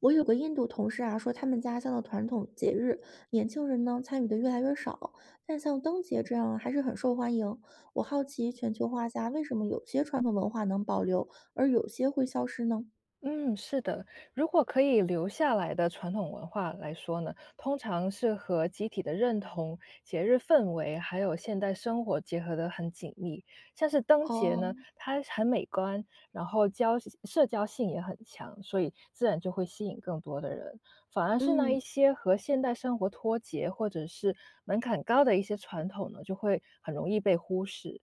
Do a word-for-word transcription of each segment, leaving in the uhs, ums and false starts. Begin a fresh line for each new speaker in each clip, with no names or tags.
我有个印度同事啊，说他们家乡的传统节日，年轻人呢参与的越来越少，但像灯节这样啊还是很受欢迎。我好奇，全球化下为什么有些传统文化能保留，而有些会消失呢？
嗯，是的。如果可以留下来的传统文化来说呢，通常是和集体的认同、节日氛围，还有现代生活结合得很紧密。像是灯节
哦，
呢，它很美观，然后交社交性也很强，所以自然就会吸引更多的人。反而是那
嗯
一些和现代生活脱节或者是门槛高的一些传统呢，就会很容易被忽视。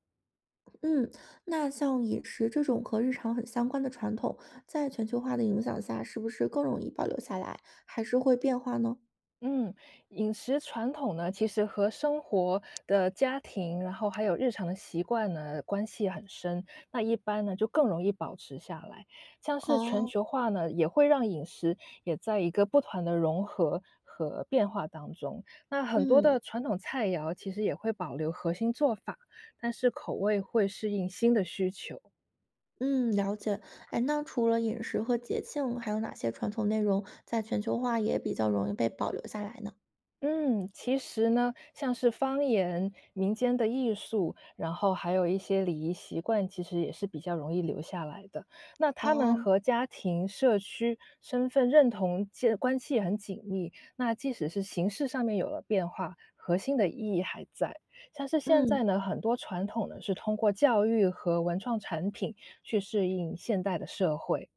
嗯，那像饮食这种和日常很相关的传统，在全球化的影响下，是不是更容易保留下来，还是会变化呢？
嗯，饮食传统呢，其实和生活的家庭，然后还有日常的习惯呢，关系很深。那一般呢，就更容易保持下来。像是全
哦，
球化呢，也会让饮食也在一个不断的融合和变化当中。那很多
嗯。
的传统菜肴其实也会保留核心做法，但是口味会适应新的需求。
嗯，了解。哎，那除了饮食和节庆，还有哪些传统内容在全球化也比较容易被保留下来呢？
嗯，其实呢，像是方言、民间的艺术，然后还有一些礼仪习惯，其实也是比较容易留下来的。那他们
哦，
和家庭、社区、身份认同建关系也很紧密。那即使是形式上面有了变化，核心的意义还在。像是现
嗯
在呢，很多传统呢是通过教育和文创产品去适应现代的社会。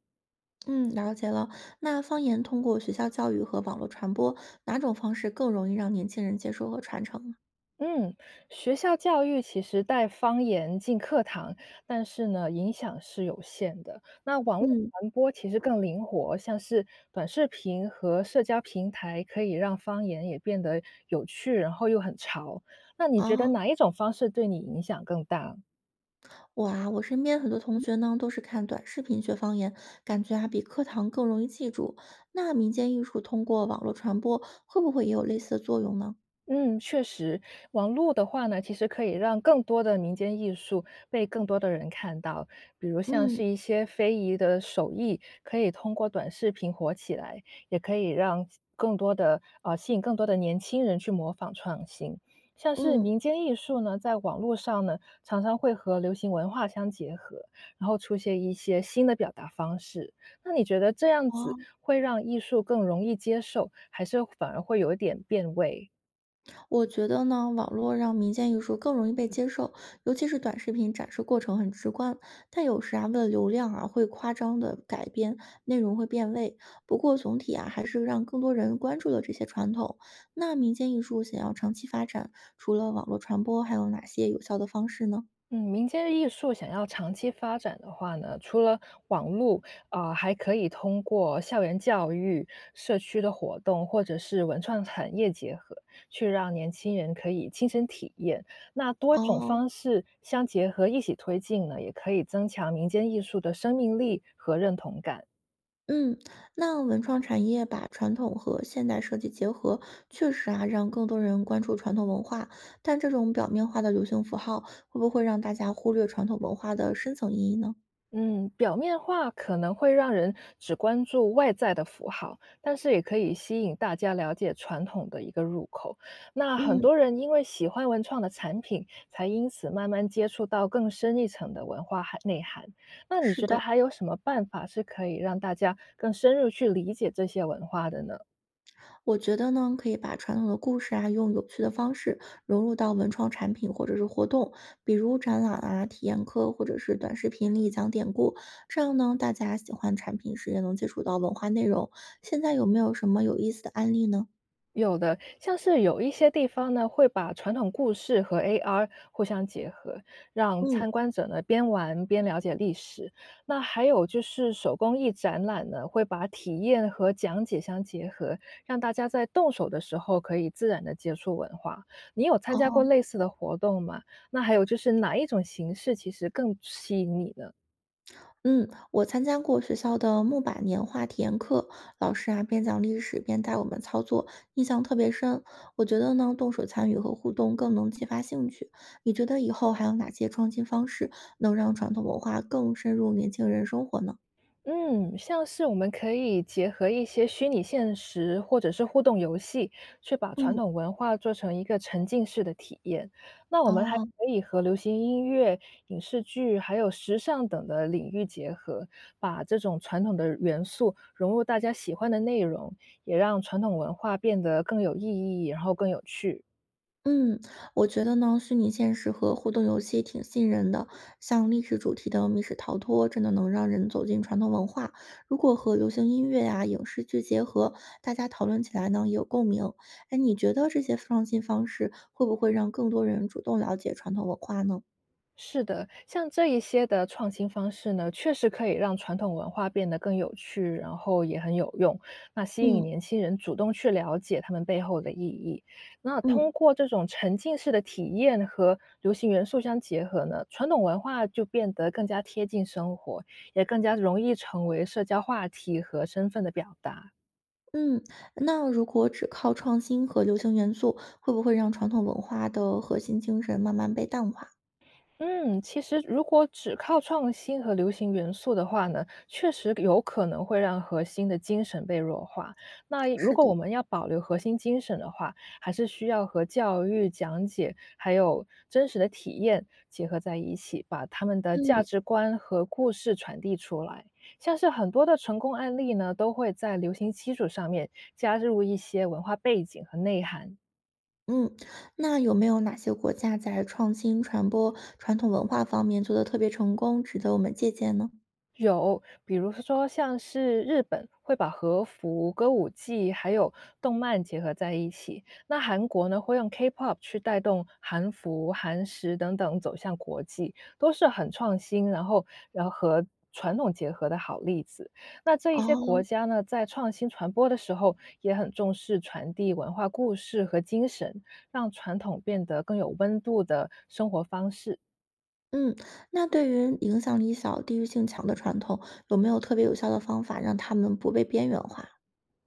嗯，了解了。那方言通过学校教育和网络传播，哪种方式更容易让年轻人接受和传承呢？
嗯，学校教育其实带方言进课堂，但是呢，影响是有限的。那网络
嗯，
传播其实更灵活，像是短视频和社交平台，可以让方言也变得有趣，然后又很潮。那你觉得
啊，
哪一种方式对你影响更大？
我啊，我身边很多同学呢，都是看短视频学方言，感觉啊比课堂更容易记住。那民间艺术通过网络传播，会不会也有类似的作用呢？
嗯，确实，网络的话呢，其实可以让更多的民间艺术被更多的人看到，比如像
嗯
是一些非遗的手艺，可以通过短视频火起来，也可以让更多的呃吸引更多的年轻人去模仿创新。像是
嗯，
民间艺术呢，在网络上呢，常常会和流行文化相结合，然后出现一些新的表达方式。那你觉得这样子
哦。
会让艺术更容易接受，还是反而会有一点变味？
我觉得呢，网络让民间艺术更容易被接受，尤其是短视频展示过程很直观。但有时啊，为了流量啊，会夸张的改编，内容会变味。不过总体啊，还是让更多人关注了这些传统。那民间艺术想要长期发展，除了网络传播，还有哪些有效的方式呢？
嗯，民间艺术想要长期发展的话呢，除了网络，啊、还可以通过校园教育、社区的活动，或者是文创产业结合，去让年轻人可以亲身体验。那多种
哦，
方式相结合，一起推进呢，也可以增强民间艺术的生命力和认同感。
嗯，那文创产业把传统和现代设计结合，确实啊，让更多人关注传统文化。但这种表面化的流行符号，会不会让大家忽略传统文化的深层意义呢？
嗯，表面化可能会让人只关注外在的符号，但是也可以吸引大家了解传统的一个入口。那很
嗯，
多人因为喜欢文创的产品，才因此慢慢接触到更深一层的文化含内涵。那你
是
觉得
的，
还有什么办法是可以让大家更深入去理解这些文化的呢？
我觉得呢，可以把传统的故事啊，用有趣的方式融入到文创产品或者是活动，比如展览啊、体验课或者是短视频里讲典故。这样呢，大家喜欢产品时也能接触到文化内容。现在有没有什么有意思的案例呢？
有的，像是有一些地方呢，会把传统故事和 A R 互相结合，让
嗯，
参观者呢边玩边了解历史。那还有就是手工艺展览呢，会把体验和讲解相结合，让大家在动手的时候可以自然的接触文化。你有参加过
哦。
类似的活动吗？那还有就是哪一种形式其实更吸引你呢？
嗯，我参加过学校的木板年画体验课，老师啊边讲历史边带我们操作，印象特别深。我觉得呢，动手参与和互动更能激发兴趣。你觉得以后还有哪些创新方式能让传统文化更深入年轻人生活呢？
嗯，像是我们可以结合一些虚拟现实或者是互动游戏，去把传
嗯，
统文化做成一个沉浸式的体验。那我们还
哦，
可以和流行音乐、影视剧还有时尚等的领域结合，把这种传统的元素融入大家喜欢的内容，也让传统文化变得更有意义，然后更有趣。
嗯，我觉得呢，虚拟现实和互动游戏挺吸引人的，像历史主题的密室逃脱，真的能让人走进传统文化。如果和流行音乐啊、影视剧结合，大家讨论起来呢也有共鸣。哎，你觉得这些创新方式会不会让更多人主动了解传统文化呢？
是的，像这一些的创新方式呢，确实可以让传统文化变得更有趣，然后也很有用。那吸引
嗯
年轻人主动去了解他们背后的意义。那通
嗯
过这种沉浸式的体验和流行元素相结合呢，传统文化就变得更加贴近生活，也更加容易成为社交话题和身份的表达。
嗯，那如果只靠创新和流行元素，会不会让传统文化的核心精神慢慢被淡化？
嗯，其实如果只靠创新和流行元素的话呢，确实有可能会让核心的精神被弱化。那如
是
果
的，
我们要保留核心精神的话，还是需要和教育讲解还有真实的体验结合在一起，把他们的价
嗯。
值观和故事传递出来。像是很多的成功案例呢，都会在流行基础上面加入一些文化背景和内涵。
嗯，那有没有哪些国家在创新传播传统文化方面做得特别成功，值得我们借鉴呢？
有，比如说像是日本会把和服、歌舞伎还有动漫结合在一起，那韩国呢会用 K pop 去带动韩服、韩食等等走向国际，都是很创新，然后然后和传统结合的好例子。那这一些国
哦，
家呢，在创新传播的时候，也很重视传递文化故事和精神，让传统变得更有温度的生活方式。
嗯，那对于影响力小、地域性强的传统，有没有特别有效的方法让他们不被边缘化？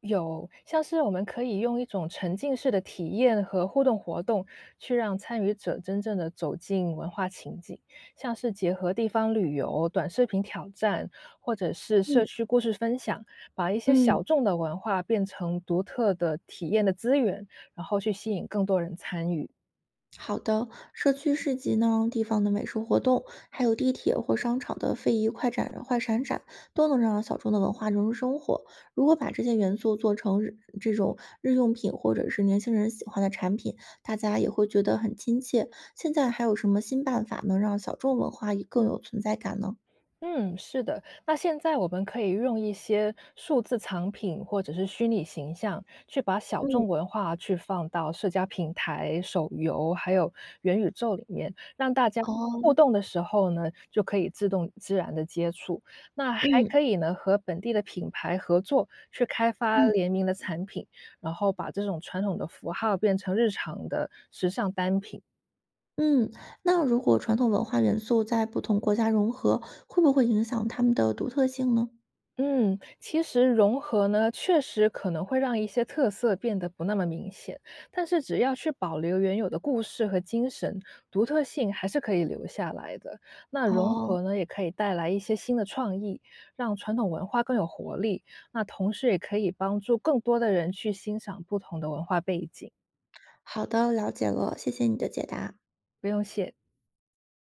有，像是我们可以用一种沉浸式的体验和互动活动，去让参与者真正的走进文化情景，像是结合地方旅游、短视频挑战，或者是社
嗯
区故事分享，把一些
嗯，
小众的文化变成独特的体验的资源，然后去吸引更多人参与。
好的，社区市集呢，地方的美术活动，还有地铁或商场的非遗快展、快闪展，都能让小众的文化融入生活。如果把这些元素做成日这种日用品或者是年轻人喜欢的产品，大家也会觉得很亲切。现在还有什么新办法能让小众文化也更有存在感呢？
嗯，是的。那现在我们可以用一些数字藏品或者是虚拟形象，去把小
嗯，
众文化去放到社交平台、手游还有元宇宙里面，让大家互
哦，
动的时候呢，就可以自动自然的接触。那还
嗯
可以呢，和本地的品牌合作，去开发
嗯
联名的产品，然后把这种传统的符号变成日常的时尚单品。
嗯，那如果传统文化元素在不同国家融合，会不会影响他们的独特性呢？
嗯，其实融合呢，确实可能会让一些特色变得不那么明显，但是只要去保留原有的故事和精神，独特性还是可以留下来的。那融
哦，
合呢，也可以带来一些新的创意，让传统文化更有活力。那同时也可以帮助更多的人去欣赏不同的文化背景。
好的，了解了，谢谢你的解答。
不用谢。